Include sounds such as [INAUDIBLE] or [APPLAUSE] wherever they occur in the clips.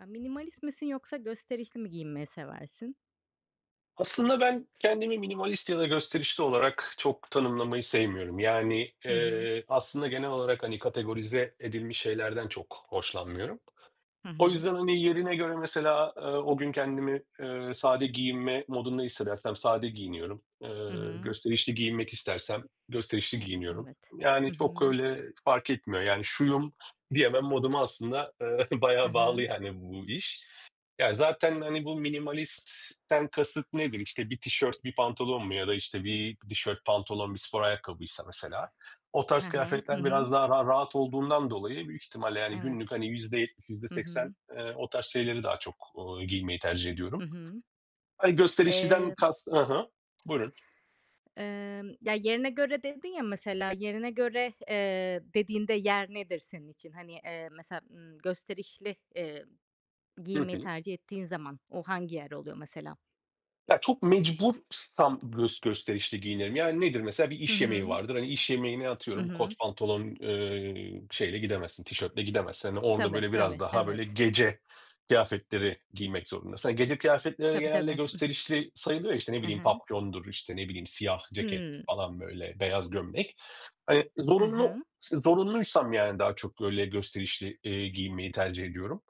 Ya, minimalist misin yoksa gösterişli mi giyinmeyi seversin? Aslında ben kendimi minimalist ya da gösterişli olarak çok tanımlamayı sevmiyorum. Yani, Hı hı. Aslında genel olarak, hani, kategorize edilmiş şeylerden çok hoşlanmıyorum. Hı O hı. yüzden, hani, yerine göre mesela, o gün kendimi, sade giyinme modunda hissedersem sade giyiniyorum. Hı hı. Gösterişli giyinmek istersem gösterişli E giyiniyorum. evet. Hı Yani, çok hı. öyle fark etmiyor. Yani, şuyum diyemem moduma aslında, [LAUGHS] Hı bayağı bağlı hı. yani bu iş. Ya, zaten, hani, bu minimalistten kasıt nedir? İşte, bir tişört, bir pantolon mu ya da, işte, bir tişört, pantolon, bir spor ayakkabıysa mesela, o Hı tarz hı. Hı kıyafetler hı. biraz daha rahat olduğundan dolayı büyük ihtimalle, yani, Evet. günlük, hani, %70, Hı %80, hı. O tarz şeyleri daha çok, giymeyi tercih Hı ediyorum. hı. Hani, gösterişliden Emm, kast. Hı. Buyurun. ya, yerine göre dedin ya mesela, yerine göre, dediğinde yer nedir senin için? Hani, mesela, gösterişli, Hı giyinmeyi hı. tercih ettiğin zaman o hangi yer oluyor mesela? Ya, çok mecbursam gösterişli giyinirim. Yani nedir mesela? Bir Hı iş yemeği hı. vardır. Hani, iş yemeğine Hı atıyorum hı. kot pantolon, şeyle gidemezsin, tişörtle gidemezsin. Hani, orada Tabii, böyle biraz tabii. daha Evet. böyle gece kıyafetleri giymek zorundasın. Hani, gece kıyafetleri de Tabii, genelde tabii. gösterişli sayılıyor ya, işte, ne Hı bileyim, hı. papyondur, işte, ne bileyim, siyah ceket falan böyle, beyaz gömlek. Hani, Hı zorunlu hı. zorunluysam yani daha çok öyle gösterişli, giyinmeyi tercih ediyorum.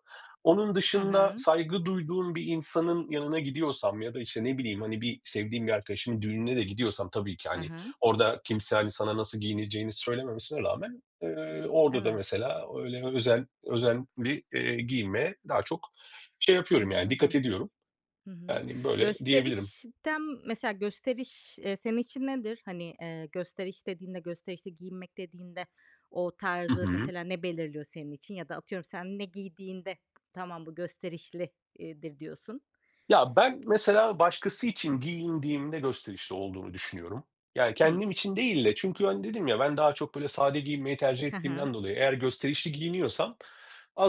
Onun Hı dışında hı. saygı duyduğum bir insanın yanına gidiyorsam ya da, işte, ne bileyim, hani, bir sevdiğim bir arkadaşımın düğününe de gidiyorsam tabii ki, Hı hı. hani, Hı hı. orada kimse, hani, sana nasıl giyineceğini söylememesine rağmen, orada da Evet, mesela öyle özenli, giyinmeye daha çok şey yapıyorum, yani, dikkat anladım. ediyorum. Hı hı. Yani, böyle diyebilirim. Gösterişten mesela gösteriş, senin için nedir? Hani, gösteriş dediğinde, gösterişli giyinmek dediğinde o Hı tarzı hı. mesela ne belirliyor senin için ya da atıyorum sen ne giydiğinde tamam bu gösterişlidir diyorsun. Ya, ben mesela başkası için giyindiğimde gösterişli olduğunu düşünüyorum. Yani, Hı. kendim için değil de çünkü, hani, dedim ya, ben daha çok böyle sade giyinmeyi tercih Hı hı. ettiğimden dolayı eğer gösterişli giyiniyorsam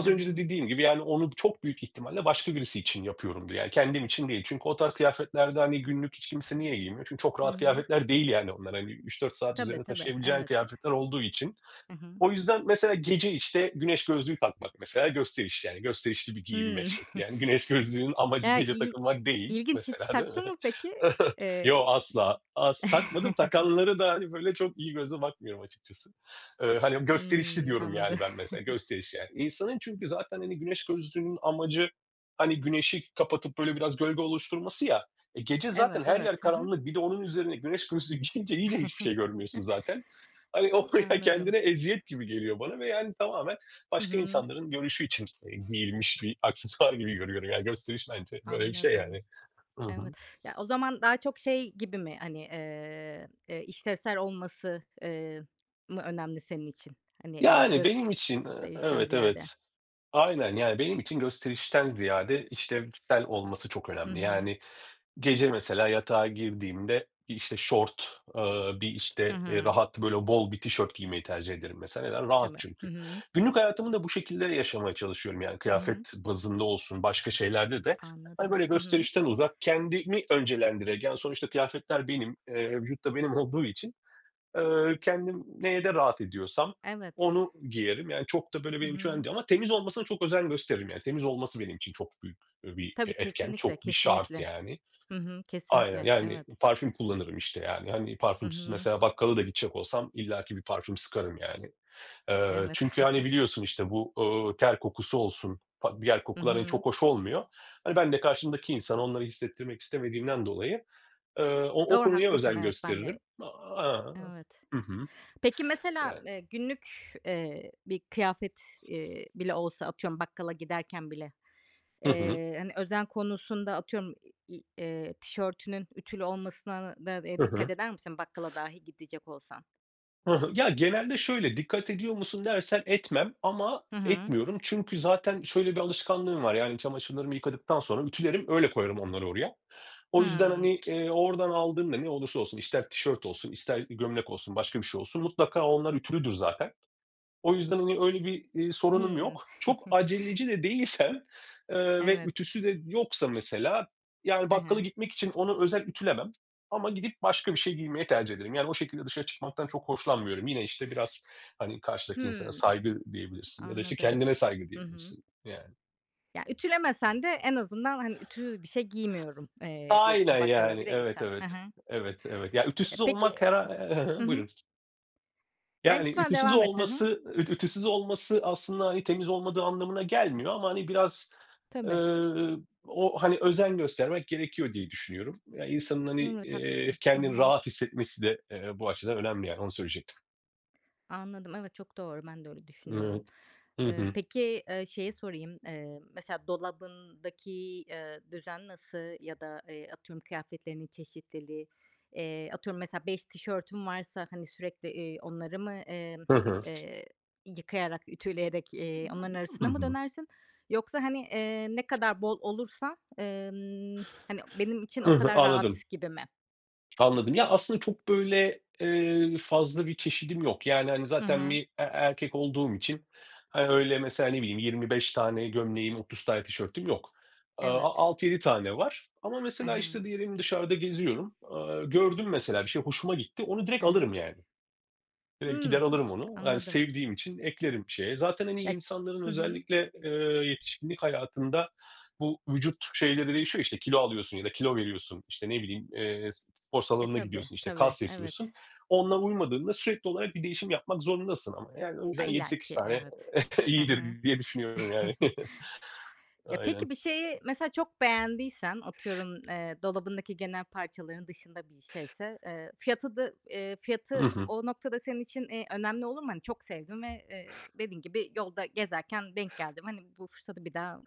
Hı önce de hı. dediğim gibi, yani, onu çok büyük ihtimalle başka birisi için yapıyorumdur. Yani, kendim için değil. Çünkü o tarz kıyafetlerde, hani, günlük hiç kimse niye giymiyor? Çünkü çok Hı rahat hı. kıyafetler değil, yani, onlar. Hani, 3-4 saat Tabii, üzerine tabii. taşıyabileceğin Evet. kıyafetler olduğu için Hı hı. o yüzden mesela gece işte güneş gözlüğü takmak mesela gösteriş yani gösterişli bir giyinme Hımm. şekli. Yani [LAUGHS] güneş gözlüğünün amacı Ya, gece il takılmak değil ilginç. Hiç mesela, değil taktın mi? mı peki? [LAUGHS] Eee Yo, Hımm, asla. Takmadım. [LAUGHS] Takanları da hani böyle çok iyi gözle bakmıyorum açıkçası. Hani gösterişli diyorum anladım. yani ben mesela gösteriş yani. İnsanın çünkü zaten hani güneş gözlüğünün amacı hani güneşi kapatıp böyle biraz gölge oluşturması ya. Gece Evet, zaten her evet. yer Hı hı. karanlık. Bir de onun üzerine güneş gözlüğü [LAUGHS] giyince iyice hiçbir şey görmüyorsun [LAUGHS] zaten. Hani, o [LAUGHS] ya Anladım. kendine eziyet gibi geliyor bana ve yani tamamen Hı başka hı. insanların görüşü için, giyilmiş bir [LAUGHS] aksesuar gibi görüyorum. Yani gösteriş bence böyle bir şey Anladım. yani. Hı hı. Evet. Ya, o zaman daha çok şey gibi mi, hani, işlevsel olması, mı önemli senin için? Hani, Yani benim için, gösterişten evet, ziyade. evet. Aynen, yani benim için gösterişten ziyade işlevsel olması çok Hı önemli. hı. Yani, gece mesela yatağa girdiğimde, işte, şort, bir, Hı işte, hı. rahat böyle bol bir tişört giymeyi tercih ederim mesela. Neden? Rahat Tabii. Hı çünkü. hı. Günlük hayatımı da bu şekilde yaşamaya çalışıyorum yani Hı hı. kıyafet bazında olsun, başka şeylerde de. Hani, Anladım. böyle Hı hı. gösterişten uzak, kendimi öncelendirerek, yani, sonuçta kıyafetler benim, vücut da benim olduğu için, kendim neye de rahat ediyorsam Evet. onu giyerim. Yani çok da böyle Hı benim için önemli hı. değil ama temiz olmasına çok özen gösteririm yani. Temiz olması benim için çok büyük, bir e Tabii, etken, kesinlikle, çok bir şart kesinlikle. yani. Hı hı. Aynen, Kesinlikle. yani Evet. parfüm kullanırım, işte, yani. Hani, Hı parfümsüz hı. mesela bakkala da gidecek olsam illaki bir parfüm sıkarım, yani. Evet. Çünkü, hani, [LAUGHS] biliyorsun, işte, bu, ter kokusu olsun, diğer Hı kokular, hani, hı. çok hoş olmuyor. Hani, ben de karşımdaki insana onları hissettirmek istemediğimden dolayı, o o Doğru, konuya haklısın. özen Evet, ben de gösteririm. Evet. Hı hı. Peki, mesela, Yani. Günlük, bir kıyafet, bile olsa atıyorum bakkala giderken bile, Hı hı. Hani, özen konusunda atıyorum i i tişörtünün ütülü olmasına da, Hı dikkat hı. eder misin bakkala dahi gidecek olsan? Hı hı. Ya, genelde şöyle, dikkat ediyor musun dersen etmem ama Hı hı. etmiyorum. Çünkü zaten şöyle bir alışkanlığım var, yani, çamaşırlarımı yıkadıktan sonra ütülerim, öyle koyarım onları oraya. O yüzden, Hımm. hani, oradan aldığımda ne olursa olsun, ister tişört olsun, ister gömlek olsun, başka bir şey olsun, mutlaka onlar ütülüdür zaten. O yüzden, hani, öyle bir, sorunum Hımm. yok. Çok [LAUGHS] aceleci de değilsem, ve Evet. ütüsü de yoksa mesela, yani, Hı bakkala hı. gitmek için onu özel ütülemem ama gidip başka bir şey giymeye tercih ederim. Yani, o şekilde dışarı çıkmaktan çok hoşlanmıyorum. Yine, işte, biraz, hani, karşıdaki insana Hımm. saygı diyebilirsin ya da, işte, Anladım. kendine saygı Hı hı. diyebilirsin, yani. Ya, ütülemesen de en azından, hani, ütü bir şey giymiyorum, diyorsun Aynen, bakkala yani. bile Evet, gitsen. Hı evet. hı. Evet, evet. Ya, Eee, ütüsüz olmak peki her. Hı [LAUGHS] hı. Buyurun. E, Yani, lütfen ütüsüz devam et. Hı hı. olması ütüsüz olması aslında, hani, temiz olmadığı anlamına gelmiyor ama, hani, biraz, Tabii. eee, o, hani, özen göstermek gerekiyor diye düşünüyorum. Ya, insanın, hani, Evet, haklısın. Hı kendini hı. rahat hissetmesi de, bu açıdan önemli yani, onu söyleyecektim. Anladım. Evet, çok doğru. Ben de öyle düşünüyorum. Iıı, hı Eee, hı. peki, şeyi sorayım, mesela dolabındaki, düzen nasıl ya da, atıyorum kıyafetlerinin çeşitliliği, atıyorum mesela 5 tişörtüm varsa, hani, sürekli, onları mı, Hı hı. eee, yıkayarak, ütüleyerek, onların Hı arasına mı hı. dönersin? Yoksa, hani, ne kadar bol olursa, hani, benim için Hı o hı. kadar rahat Anladım. gibi mi? Anladım. Ya, aslında çok böyle, fazla bir çeşidim yok. Yani, hani, Hı zaten hı. bir erkek olduğum için, hani, öyle mesela ne bileyim 25 tane gömleğim, 30 tane tişörtüm yok. Aaa, Evet. a 6-7 tane var ama Hı mesela, işte, hı. diyelim dışarıda geziyorum. Gördüm mesela bir şey hoşuma gitti, onu Hı direkt hı. alırım yani. Direkt gider Hımm, alırım onu. Yani, anladım. sevdiğim için eklerim şeye. Zaten, hani, Ya insanların Hı hı. özellikle, yetişkinlik hayatında bu vücut şeyleri değişiyor. İşte, kilo alıyorsun ya da kilo veriyorsun, işte, ne bileyim, spor E, salonuna tabii, gidiyorsun, işte, tabii, kas yapıyorsun. evet. Onunla uymadığında sürekli olarak bir değişim yapmak zorundasın ama. Yani, o Ya, yüzden yedi sekiz illaki, tane evet. [LAUGHS] Hı hı. iyidir diye düşünüyorum yani. [LAUGHS] [LAUGHS] Ya, Aynen. peki bir şeyi mesela çok beğendiysen, atıyorum, dolabındaki genel parçaların dışında bir şeyse, Hı fiyatı hı. o noktada senin için, önemli olur mu? Hani, çok sevdim ve, dediğin gibi yolda gezerken denk geldim. Hani, bu fırsatı bir daha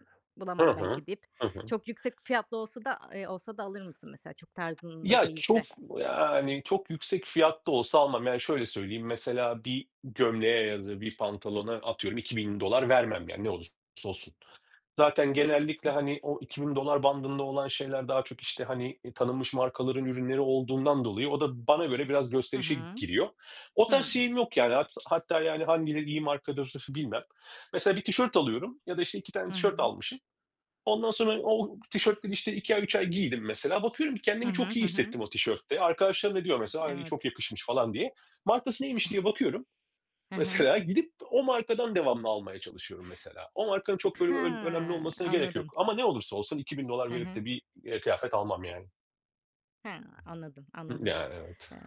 Hı bulamam hı. belki deyip Hı hı. çok yüksek fiyatlı olsa da alır mısın mesela çok tarzında Ya, çok, değilse? yani, çok yüksek fiyatlı olsa almam. Yani, şöyle söyleyeyim, mesela bir gömleğe ya da bir pantolona atıyorum $2.000 vermem, yani, ne olursa olsun. Zaten Hımm. genellikle, hani, o $2.000 bandında olan şeyler daha çok, işte, hani, tanınmış markaların ürünleri olduğundan dolayı o da bana göre biraz Hı gösterişe hı. giriyor. O tarz Hımm. şeyim yok, yani. Hatta, yani, hangileri iyi markadır [LAUGHS] bilmem. Mesela bir tişört alıyorum ya da, işte, 2 tane Hı tişört hı. almışım. Ondan sonra o tişörtleri işte 2 ay 3 ay giydim mesela. Bakıyorum ki Hı kendimi hı, çok hı iyi hı. hissettim o tişörtte. Arkadaşlarım da diyor mesela, "Ay, çok Evet. yakışmış." falan diye. Markası neymiş diye bakıyorum Hı [LAUGHS] hı. mesela. Gidip o markadan devamlı almaya çalışıyorum mesela. O markanın çok böyle önemli Ha, olmasına gerek anladım. yok ama ne olursa olsun 2.000 dolar Hı verip hı. de bir, kıyafet almam yani. Ha, anladım, anladım. Yani, evet. Eee,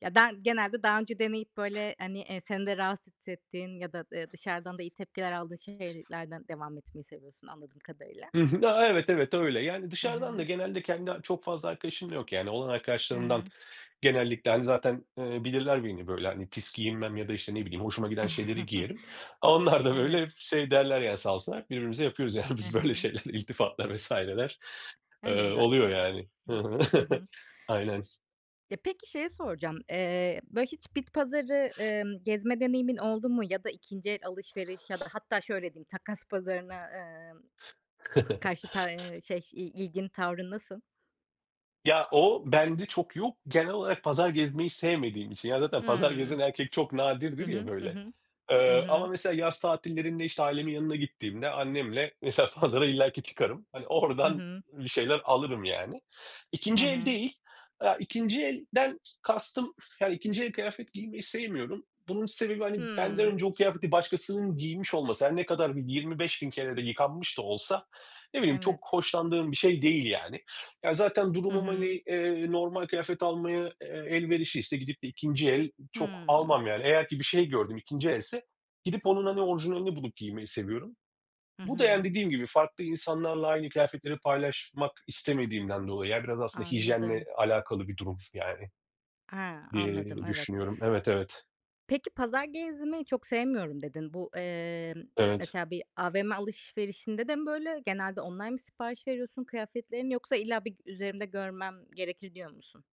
ya, ben genelde daha önce deneyip, böyle, hani, seni de rahatsız hissettiğin ya da, dışarıdan da iyi tepkiler aldığın şeylerden devam etmeyi seviyorsun anladığım kadarıyla. Hı hı. Evet, evet, öyle. Yani Hı dışarıdan da hı. genelde kendi çok fazla arkadaşım da yok yani. Olan Hı arkadaşlarımdan. hı. Genellikle, hani, zaten, bilirler beni böyle, hani, pis giyinmem ya da, işte, ne bileyim, hoşuma giden şeyleri [LAUGHS] giyerim. Onlar da Evet. böyle hep şey derler yani sağ olsunlar, birbirimize yapıyoruz yani Hı biz böyle hı. şeyler, [LAUGHS] iltifatlar vs.ler, A, ne güzel. oluyor yani. Hı hı. Hı [LAUGHS] hı. Aynen. Ya, peki şeyi soracağım. Böyle, hiç bit pazarı, gezme deneyimin oldu mu ya da ikinci el alışveriş ya da hatta şöyle diyeyim, takas pazarına, Karşı ta şey, ilgin, tavrın nasıl? Ya, o bende çok yok. Genel olarak pazar gezmeyi sevmediğim için. Ya, zaten pazar Hımm. gezen erkek çok Hı nadirdir ya hı. Hı böyle. hı. Hı Ama hı. mesela yaz tatillerinde, işte, ailemin yanına gittiğimde annemle mesela [LAUGHS] pazara illaki çıkarım. Hani, Hı oradan hı. bir şeyler alırım yani. Hı İkinci el hı. değil. Ya, ikinci elden kastım, yani, ikinci el kıyafet giymeyi sevmiyorum. Bunun sebebi, hani, benden Hımm. önce o kıyafeti başkasının giymiş olması. Her ne kadar bir 25.000 kere de yıkanmış da olsa, ne bileyim, Evet. çok hoşlandığım bir şey değil yani. Ya, zaten Hı durumum, hı. hani, normal kıyafet almaya, elverişliyse gidip de ikinci el çok Hımm. almam yani. Eğer ki bir şey gördüm ikinci else gidip onun, hani, orijinalini bulup giymeyi seviyorum. Hı Bu da, yani, hı. dediğim gibi farklı insanlarla aynı kıyafetleri paylaşmak istemediğimden dolayı, ya, biraz aslında hijyenle Anladım. alakalı bir durum yani Ha, anladım, diye evet. düşünüyorum. Evet, evet. Peki, "Pazar gezmeyi çok sevmiyorum." dedin. Bu, Evet. mesela bir AVM alışverişinde de mi böyle? Genelde online mi sipariş veriyorsun kıyafetlerini yoksa illa bir üzerimde görmem gerekir diyor musun?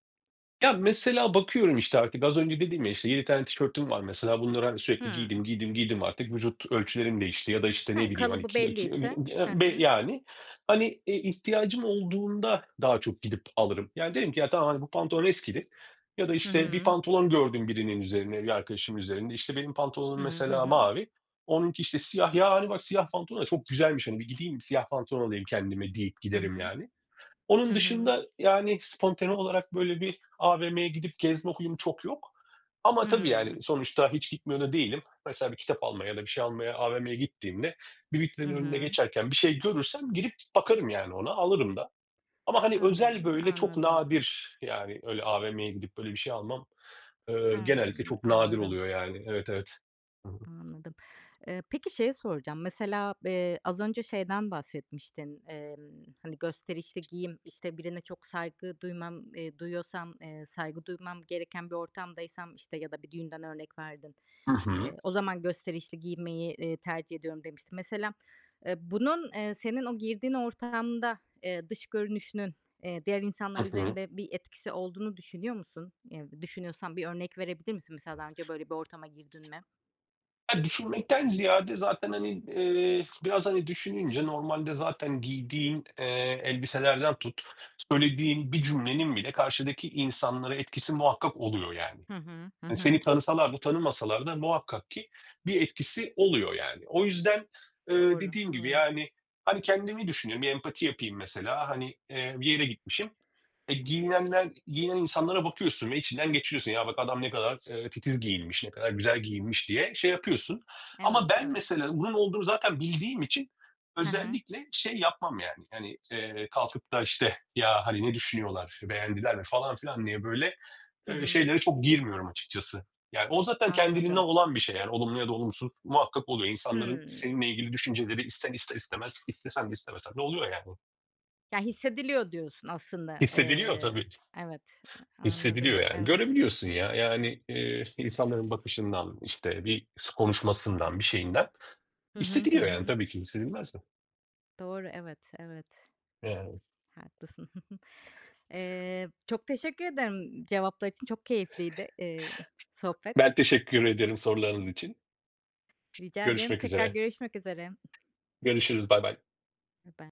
Ya, mesela bakıyorum, işte, artık az önce dediğim ya, işte, 7 tane tişörtüm var mesela. Bunları, hani, sürekli Hımm. giydim, giydim, giydim artık. Vücut ölçülerim değişti ya da, işte, Ha, ne bileyim, hani, kalıbı kilo ki belliyse. Hı be hı. yani, hani, ihtiyacım olduğunda daha çok gidip alırım. Yani, derim ki, "Ya, tamam, hani, bu pantolon eskidi." ya da, Hı işte, bir hı. pantolon gördüm birinin üzerine, bir arkadaşım üzerinde. İşte benim Hı pantolonum hı. Hı mesela hı. mavi, onunki, işte, siyah. "Ya, hani, bak siyah pantolon da çok güzelmiş, hani, bir gideyim siyah pantolon alayım kendime." deyip Hı giderim hı. yani. Hı Onun hı. dışında, yani, spontane olarak böyle bir AVM'ye gidip gezme huyum çok yok. Ama tabii, Hımm. yani, sonuçta hiç gitmiyor da değilim. Mesela bir kitap almaya ya da bir şey almaya AVM'ye gittiğimde bir Hı vitrinin önünde hı. geçerken bir şey görürsem girip bakarım, yani, ona, alırım da. Ama, hani, özel, Hımm, böyle, çok anladım. nadir, yani, öyle AVM'ye gidip böyle bir şey almam, genellikle Hımm, çok nadir anladım, oluyor, yani. Evet, evet. Hı hı. anladım. Peki şeyi soracağım. Mesela, az önce şeyden bahsetmiştin. Hani, gösterişli giyim, işte, birine çok saygı duyuyorsam, saygı duymam gereken bir ortamdaysam, işte, ya da bir düğünden örnek verdin. Hı hı. O zaman gösterişli giyinmeyi, tercih ediyorum demiştin. Mesela, bunun, senin o girdiğin ortamda, dış görünüşünün, diğer Hı insanlar hı. üzerinde bir etkisi olduğunu düşünüyor musun? Düşünüyorsan bir örnek verebilir misin? Mesela daha önce böyle bir ortama girdin mi? Ya, düşünmekten ziyade zaten, hani, biraz, hani, düşününce normalde zaten giydiğin, elbiselerden tut, söylediğin bir cümlenin bile karşıdaki insanlara etkisi muhakkak oluyor yani. Hı hı. Hı Hani, seni hı. tanısalar da tanımasalar da muhakkak ki bir etkisi oluyor yani. O yüzden, Doğru, dediğim gibi, doğru. yani, hani, kendimi düşünüyorum, bir empati yapayım mesela. Hani, bir yere gitmişim. Giyinen insanlara bakıyorsun ve içinden geçiriyorsun. "Ya, bak adam ne kadar, titiz giyinmiş, ne kadar güzel giyinmiş." diye şey yapıyorsun. Evet, Ama ben evet. mesela bunun olduğunu zaten bildiğim için Hı hı. özellikle şey yapmam yani, kalkıp da, işte, "Ya, hani, ne düşünüyorlar, beğendiler mi?" falan filan diye böyle, Hı hı. şeylere çok girmiyorum açıkçası. Yani o zaten kendiliğinden Anladım. olan bir şey yani olumlu ya da olumsuz muhakkak oluyor. İnsanların Hımm. seninle ilgili düşünceleri ister istemez, istesen de istemesen de oluyor yani. Ya, hissediliyor diyorsun aslında. Hissediliyor Eee, tabii. evet, anladım. Hissediliyor yani. Evet. Görebiliyorsun ya. Yani, insanların bakışından, işte, bir konuşmasından, bir şeyinden Hı hı. Hı hissediliyor yani. hı. Tabii ki hissedilmez mi? Doğru, evet, evet. Yani. Haklısın. [LAUGHS] Çok teşekkür ederim cevaplar için. Çok keyifliydi, sohbet. Ben teşekkür ederim sorularınız için. Rica ederim. Görüşmek Tekrar üzere. görüşmek üzere. Görüşürüz. Bay bay. Bye bye.